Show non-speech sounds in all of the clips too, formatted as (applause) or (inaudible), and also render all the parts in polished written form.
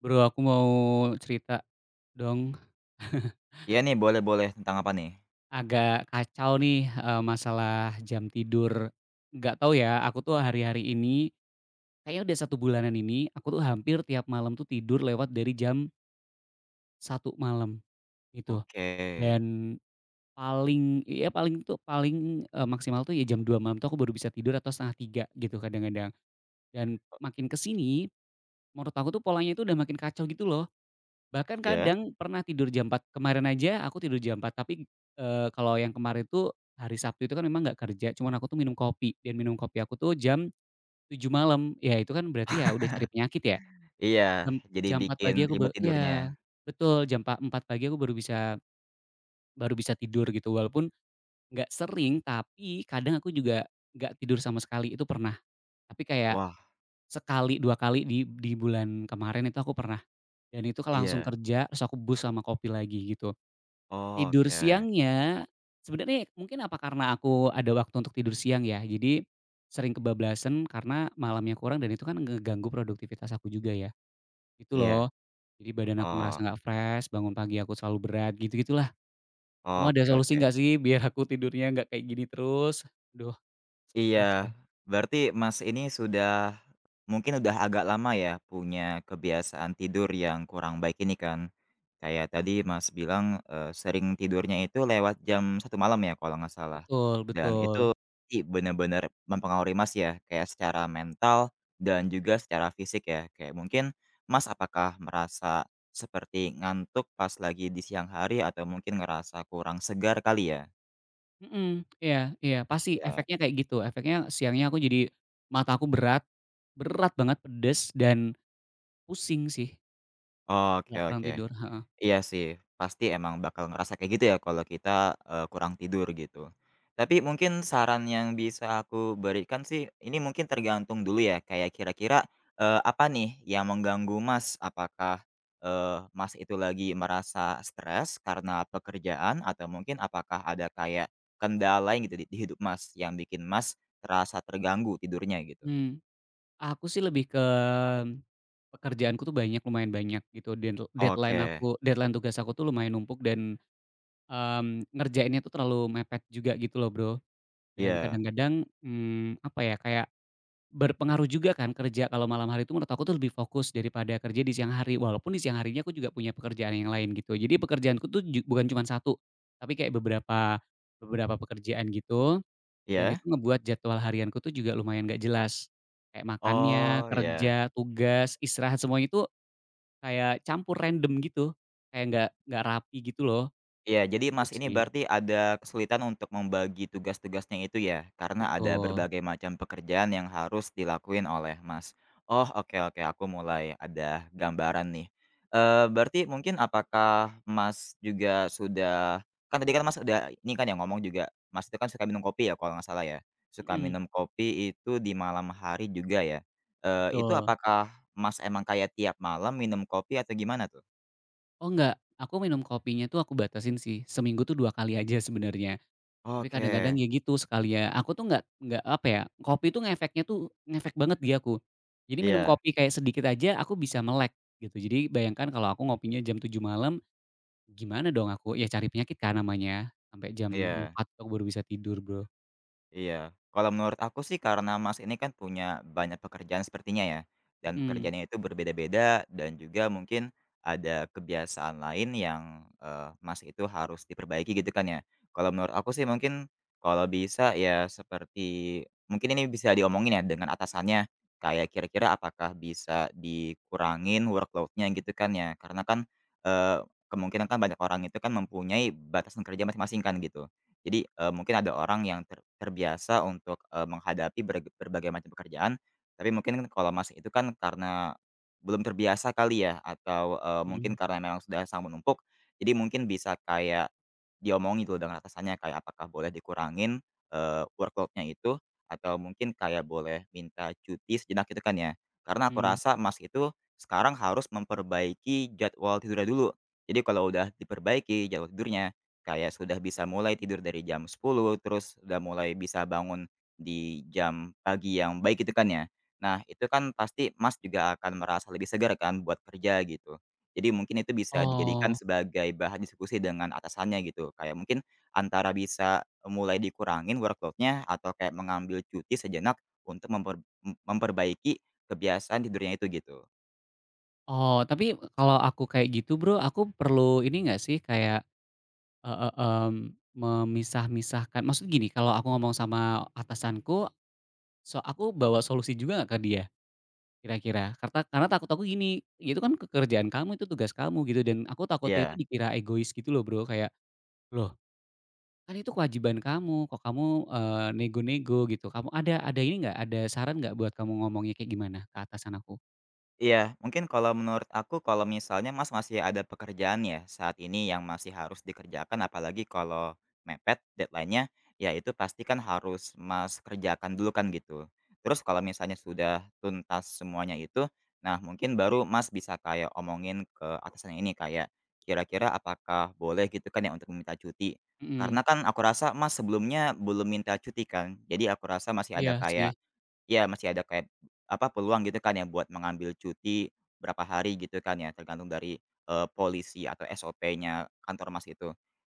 Bro, aku mau cerita dong. (laughs) Iya nih, boleh boleh. Tentang apa nih? Agak kacau nih, masalah jam tidur. Nggak tahu ya, aku tuh hari-hari ini, kayaknya udah satu bulanan ini, aku tuh hampir tiap malam tuh tidur lewat dari jam satu malam, gitu. Oke. Dan paling ya paling tuh paling, maksimal tuh ya jam 2 malam tuh aku baru bisa tidur atau setengah tiga gitu kadang-kadang. Dan makin kesini, menurut aku tuh polanya itu udah makin kacau gitu loh. Bahkan Iya? kadang pernah tidur jam 4 kemarin aja aku tidur jam 4 tapi, kalau yang kemarin tuh hari Sabtu itu kan memang nggak kerja, cuman aku tuh minum kopi dan minum kopi aku tuh jam 7 malam, ya itu kan berarti ya udah cari penyakit ya. Iya, Jam jadi jam 4 bikin pagi aku ba ribet tidurnya. iya, betul jam pa 4 pagi aku baru bisa tidur gitu walaupun nggak sering tapi kadang aku juga nggak tidur sama sekali itu pernah. Tapi kayak Wah, sekali, 2 kali di bulan kemarin itu aku pernah dan itu langsung iya. kerja terus aku bus sama kopi lagi gitu. Tidur Oke. siangnya, sebenarnya mungkin apa karena aku ada waktu untuk tidur siang ya, jadi sering kebablasan karena malamnya kurang dan itu kan ngeganggu produktivitas aku juga ya, itu Iya. loh. Jadi badan aku ngerasa Oh, nggak fresh, bangun pagi aku selalu berat, gitu-gitulah. Kamu ada oke solusi oke. nggak sih biar aku tidurnya nggak kayak gini terus? Aduh stres Iya, deh. berarti Mas ini sudah mungkin udah agak lama ya punya kebiasaan tidur yang kurang baik ini kan? Kayak tadi Mas bilang, sering tidurnya itu lewat jam 1 malam ya kalau nggak salah, Betul dan betul. itu benar-benar mempengaruhi Mas ya, kayak secara mental dan juga secara fisik ya. Kayak mungkin Mas apakah merasa seperti ngantuk pas lagi di siang hari atau mungkin ngerasa kurang segar kali ya? Mhm, iya iya, pasti Iya, efeknya kayak gitu, efeknya siangnya aku jadi mata aku berat, berat banget, pedes dan pusing sih oke kalau kurang oke. tidur, heeh. Iya sih, pasti emang bakal ngerasa kayak gitu ya kalau kita, kurang tidur gitu. Tapi mungkin saran yang bisa aku berikan sih, ini mungkin tergantung dulu ya, kayak kira-kira, apa nih yang mengganggu Mas? Apakah, Mas itu lagi merasa stres karena pekerjaan atau mungkin apakah ada kayak kendala yang gitu di hidup Mas, yang bikin Mas terasa terganggu tidurnya gitu? Mmm, aku sih lebih ke pekerjaanku tuh banyak, lumayan banyak gitu dan deadline Oke, aku deadline tugas aku tuh lumayan numpuk dan, ngerjainnya tuh terlalu mepet juga gitu loh, Bro. Dan iya, kadang-kadang, apa ya, kayak berpengaruh juga kan kerja kalau malam hari itu menurut aku tuh lebih fokus daripada kerja di siang hari, walaupun di siang harinya aku juga punya pekerjaan yang lain gitu. Jadi pekerjaanku tuh ju bukan cuman satu, tapi kayak beberapa beberapa pekerjaan gitu. Dan iya? itu ngebuat jadwal harianku tuh juga lumayan nggak jelas. Kayak makannya, Oh, kerja, ya. tugas, istirahat, semuanya itu kayak campur random gitu. Kayak nggak rapi gitu loh, Iya, jadi itu Mas ini sih. berarti ada kesulitan untuk membagi tugas-tugasnya itu ya? Karena ada Betul, berbagai macam pekerjaan yang harus dilakuin oleh Mas. Oh, oke oke, aku mulai ada gambaran nih. Eh, berarti mungkin apakah Mas juga sudah kan tadi kan Mas udah ini kan yang ngomong juga, Mas itu kan suka minum kopi ya kalau nggak salah ya? Suka mhm, minum kopi itu di malam hari juga ya? Eh, itu betul. apakah Mas emang kayak tiap malam minum kopi atau gimana tuh? Oh nggak, aku minum kopinya tuh aku batasin sih, seminggu tuh 2 kali aja sebenarnya. Tapi kadang-kadang Oke, ya gitu sekali ya, aku tuh nggak apa ya, kopi tuh ngefeknya tuh ngefek banget di aku. Jadi minum iya kopi kayak sedikit aja aku bisa melek gitu. Jadi bayangkan kalau aku ngopinya jam tujuh malam, gimana dong aku, ya cari penyakit kan namanya, sampai jam iya. 4.00 aku baru bisa tidur, Bro. Iya. Kalau menurut aku sih karena Mas ini kan punya banyak pekerjaan sepertinya ya, dan Mhm pekerjaannya itu berbeda-beda dan juga mungkin ada kebiasaan lain yang, Mas itu harus diperbaiki gitu kan ya. Kalau menurut aku sih mungkin kalau bisa ya seperti mungkin ini bisa diomongin ya dengan atasannya, kayak kira-kira apakah bisa dikurangin workloadnya gitu kan ya. Karena kan, kemungkinan kan banyak orang itu kan mempunyai batasan kerja masing-masing kan gitu. Jadi, mungkin ada orang yang terbiasa untuk, menghadapi berbagai macam pekerjaan, tapi mungkin kan kalau Mas itu kan karena belum terbiasa kali ya atau, mungkin mhm karena memang sudah sangat menumpuk, jadi mungkin bisa kayak diomongin dulu dengan atasannya kayak apakah boleh dikurangin, workload itu atau mungkin kayak boleh minta cuti sejenak gitu kan ya. Karena aku mhm. rasa Mas itu sekarang harus memperbaiki jadwal tidurnya dulu. Jadi kalau udah diperbaiki jadwal tidurnya kayak sudah bisa mulai tidur dari jam 10 terus udah mulai bisa bangun di jam pagi yang baik itu kan ya. Nah, itu kan pasti Mas juga akan merasa lebih segar kan buat kerja gitu. Jadi mungkin itu bisa dijadikan Oh sebagai bahan diskusi dengan atasannya gitu. Kayak mungkin antara bisa mulai dikurangin workload atau kayak mengambil cuti sejenak untuk memperbaiki kebiasaan tidurnya itu gitu. oh, tapi kalau aku kayak gitu, Bro, aku perlu ini nggak sih kayak, eee, eee, mmm, memisah-misahkan maksud gini, kalau aku ngomong sama atasanku, so aku bawa solusi juga nggak ke dia kira-kira? Karta karena takut aku gini, "Itu kan ke kerjaan kamu, itu tugas kamu," gitu, dan aku takutnya itu Iya. dikira egois gitu loh, Bro, kayak, "Loh Kan itu kewajiban kamu, kok kamu, nego-nego gitu." Kamu ada ini nggak, ada saran nggak buat kamu ngomongnya kayak gimana ke atasan aku? Iya, mungkin kalau menurut aku kalau misalnya Mas masih ada pekerjaan ya saat ini yang masih harus dikerjakan apalagi kalau mepet deadline-nya, ya itu pasti kan harus Mas kerjakan dulu kan gitu. Terus kalau misalnya sudah tuntas semuanya itu, nah mungkin baru Mas bisa kayak omongin ke atasan ini kayak kira-kira apakah boleh gitu kan ya untuk meminta cuti. Mhm, Karena kan aku rasa Mas sebelumnya belum minta cuti kan. Jadi aku rasa masih ada iya sih, kayak ya masih ada kayak, apa, peluang gitu kan ya buat mengambil cuti berapa hari gitu kan ya, tergantung dari, polisi atau SOP-nya kantor Mas itu.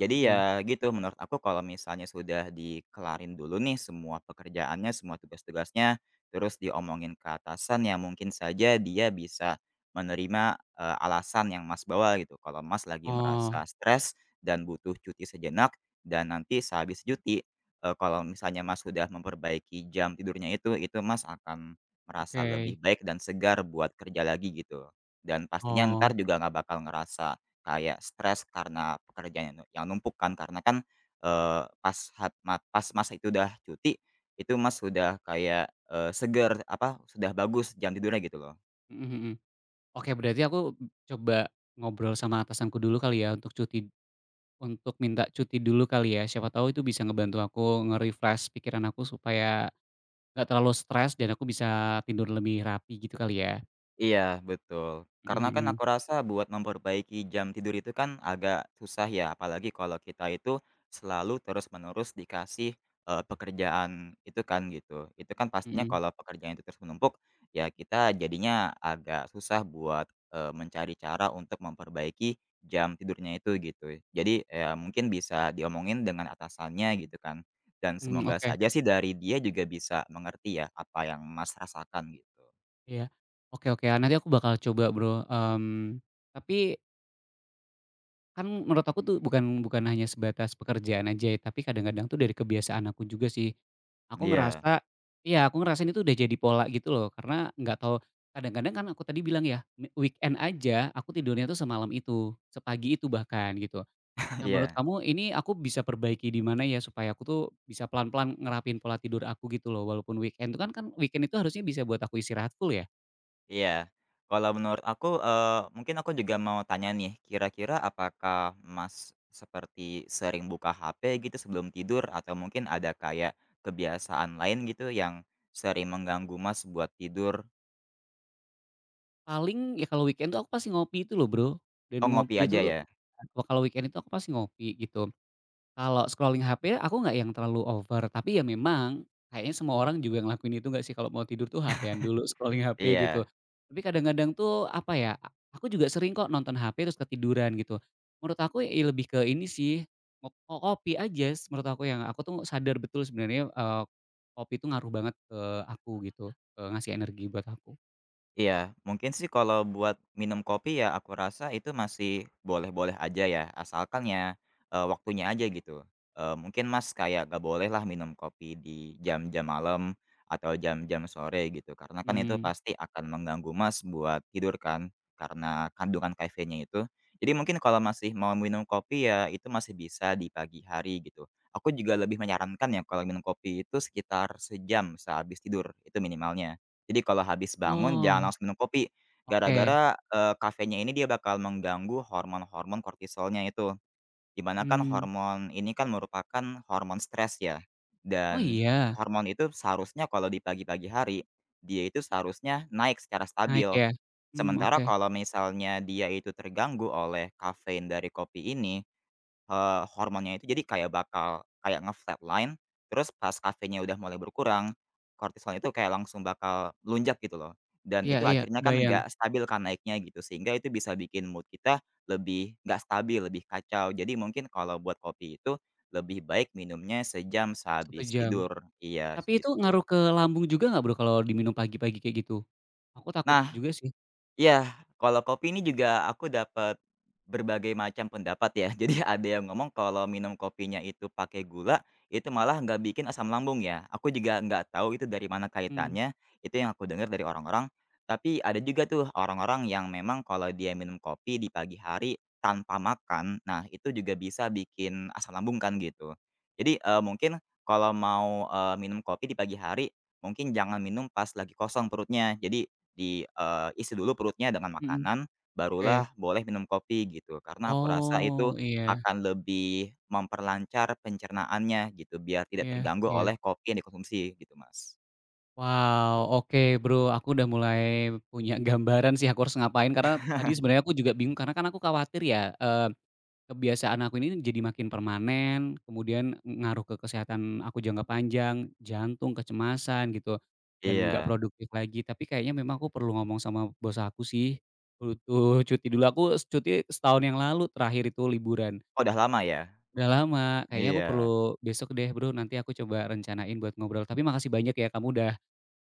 Jadi mhm. ya gitu, menurut aku kalau misalnya sudah dikelarin dulu nih semua pekerjaannya, semua tugas-tugasnya, terus diomongin ke atasan ya mungkin saja dia bisa menerima, alasan yang Mas bawa gitu. Kalau Mas lagi Oh, merasa stres dan butuh cuti sejenak dan nanti sehabis cuti kalau misalnya Mas sudah memperbaiki jam tidurnya itu Mas akan merasa lebih oke. baik dan segar buat kerja lagi gitu. Dan pastinya Oh, ntar juga nggak bakal ngerasa kayak stres karena pekerjaan yang nu yang numpuk kan, karena kan, pas hat mat pas Mas itu udah cuti, itu Mas sudah kayak, seger, apa, sudah bagus jam tidurnya gitu loh. mhm mhm. Oke, berarti aku coba ngobrol sama atasanku dulu kali ya untuk cuti untuk minta cuti dulu kali ya, siapa tahu itu bisa ngebantu aku nge-refresh pikiran aku supaya nggak terlalu stres dan aku bisa tidur lebih rapi gitu kali ya? Iya, betul. Mhm Karena kan mhm, aku rasa buat memperbaiki jam tidur itu kan agak susah ya, apalagi kalau kita itu selalu terus-menerus dikasih, pekerjaan itu kan, gitu. Itu kan pastinya mhm. kalau pekerjaan itu terus menumpuk, ya kita jadinya agak susah buat, mencari cara untuk memperbaiki jam tidurnya itu, gitu. Jadi, ya mungkin bisa diomongin dengan atasannya gitu kan, dan Mmm, semoga oke. saja sih dari dia juga bisa mengerti ya apa yang Mas rasakan, gitu. Iya. Oke oke, ah, nanti aku bakal coba Bro, tapi kan menurut aku tuh bukan bukan hanya sebatas pekerjaan aja ya, tapi kadang-kadang tuh dari kebiasaan aku juga sih. Aku Iya, ngerasa iya, aku ngerasain itu udah jadi pola gitu loh, karena nggak tahu kadang-kadang kan aku tadi bilang ya, me weekend aja aku tidurnya tuh semalam itu, sepagi itu bahkan gitu. (laughs) Nah menurut iya. kamu ini aku bisa perbaiki di mana ya supaya aku tuh bisa pelan-pelan ngerapin pola tidur aku gitu loh, walaupun weekend itu kan kan weekend itu harusnya bisa buat aku istirahat full ya? Iya. Kalau menurut aku, mungkin aku juga mau tanya nih, kira-kira apakah Mas seperti sering buka HP gitu sebelum tidur atau mungkin ada kayak kebiasaan lain gitu yang sering mengganggu Mas buat tidur? Paling ya kalau weekend tuh aku pasti ngopi itu loh, Bro, dan Oh, ngopi ngopi itu aja tuh ya? (unintelligible) kalau weekend itu aku pasti ngopi gitu. Kalau scrolling HP aku nggak yang terlalu over, tapi ya memang kayaknya semua orang juga ngelakuin itu nggak sih kalau mau tidur tuh HP-an dulu, (laughs) scrolling HP gitu. Iya. Tapi kadang-kadang tuh apa ya, aku juga sering kok nonton HP terus ketiduran gitu. Menurut aku ya ya lebih ke ini sih, ngo ngopi aja s menurut aku yang aku tuh sadar betul sebenarnya, kopi itu ngaruh banget ke aku gitu, ngasih energi buat aku. Iya, mungkin sih kalau buat minum kopi ya aku rasa itu masih boleh-boleh aja ya, asalkan ya, waktunya aja gitu. Mungkin Mas kayak gak boleh lah minum kopi di jam-jam malam atau jam-jam sore gitu, karena kan itu Mmm. pasti akan mengganggu Mas buat tidur kan, karena kandungan kafeinnya itu. Jadi mungkin kalau masih mau minum kopi ya itu masih bisa di pagi hari gitu. Aku juga lebih menyarankan ya kalau minum kopi itu sekitar sejam sehabis tidur, itu minimalnya. Jadi kalau habis bangun jangan Oh. langsung minum kopi, Oke, gara-gara, kafeinnya ini dia bakal mengganggu hormon-hormon kortisolnya itu. Di mana kan mmm, hormon ini kan merupakan hormon stres ya, oh dan iya, hormon itu seharusnya kalau di pagi-pagi hari, dia itu seharusnya naik secara naik stabil. ya? Mmm, Sementara oke, kalau misalnya dia itu terganggu oleh kafein dari kopi ini, hormonnya itu jadi kayak bakal kayak nge-flatline, terus pas kafeinnya udah mulai berkurang, kortisol itu kayak langsung bakal melonjak gitu loh. Dan iya itu iya, akhirnya kan kebayang, nggak stabil kan naiknya gitu, sehingga itu bisa bikin mood kita lebih nggak stabil, lebih kacau. Jadi mungkin kalau buat kopi itu, lebih baik minumnya sejam satu sehabis jam. tidur. Iya, Tapi itu segitu. ngaruh ke lambung juga nggak Bro, kalau diminum pagi-pagi kayak gitu? Aku takut Nah, juga sih, iya, kalau kopi ini juga aku dapat berbagai macam pendapat ya. (laughs) Jadi ada yang ngomong kalau minum kopinya itu pakai gula, itu malah nggak bikin asam lambung ya. Aku juga nggak tahu itu dari mana mmm, kaitannya, itu yang aku dengar dari orang-orang. Tapi ada juga tuh orang-orang yang memang kalau dia minum kopi di pagi hari tanpa makan, nah itu juga bisa bikin asam lambung kan gitu. Jadi eh, mungkin kalau mau eh, minum kopi di pagi hari, mungkin jangan minum pas lagi kosong perutnya. Jadi di isi dulu perutnya dengan mhm, makanan, oke. barulah boleh minum kopi gitu. Karena aku rasa Oh, itu iya akan lebih memperlancar pencernaannya gitu, biar tidak iya terganggu iya. oleh kopi yang dikonsumsi gitu, Mas. Wow, oke Bro, aku udah mulai punya (laughs) gambaran sih aku harus ngapain, karena tadi sebenarnya aku juga bingung, karena kan aku khawatir ya, kebiasaan aku ini jadi makin permanen, kemudian ngaruh ke kesehatan aku jangka panjang, jantung, kecemasan gitu, dan nggak Iya. produktif lagi. Tapi kayaknya memang aku perlu ngomong sama bos aku sih, butuh cuti dulu. Aku s- cuti setahun yang lalu terakhir itu liburan, Oh, udah lama ya? udah lama. Kayaknya aku perlu Iya. besok deh Bro, nanti aku coba rencanain buat ngobrol. Tapi makasih banyak ya kamu udah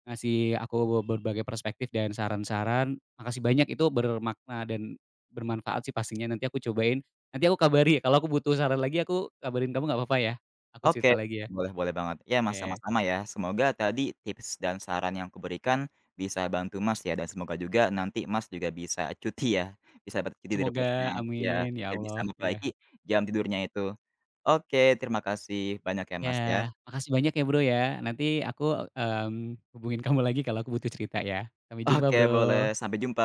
ngasih aku berbagai perspektif dan saran-saran, makasih banyak itu bermakna dan bermanfaat sih pastinya, nanti aku cobain, nanti aku kabari ya kalau aku butuh saran lagi aku kabarin kamu nggak apa-apa ya? Aku Oke, cerita lagi ya? boleh boleh banget. Ya, Mas, Oke, sama-sama ya. Semoga tadi tips dan saran yang kuberikan bisa bantu Mas ya, dan semoga juga nanti Mas juga bisa cuti ya, bisa dapat cuti dari bosnya. semoga Iya, amin, ya biar bisa Allah, iya. memperbaiki jam tidurnya itu. Oke, terima kasih banyak ya, Ya Mas, ya. makasih banyak ya Bro ya, nanti aku, hubungin kamu lagi kalau aku butuh cerita ya. Sampai jumpa Oke, Bro. boleh. Sampai jumpa.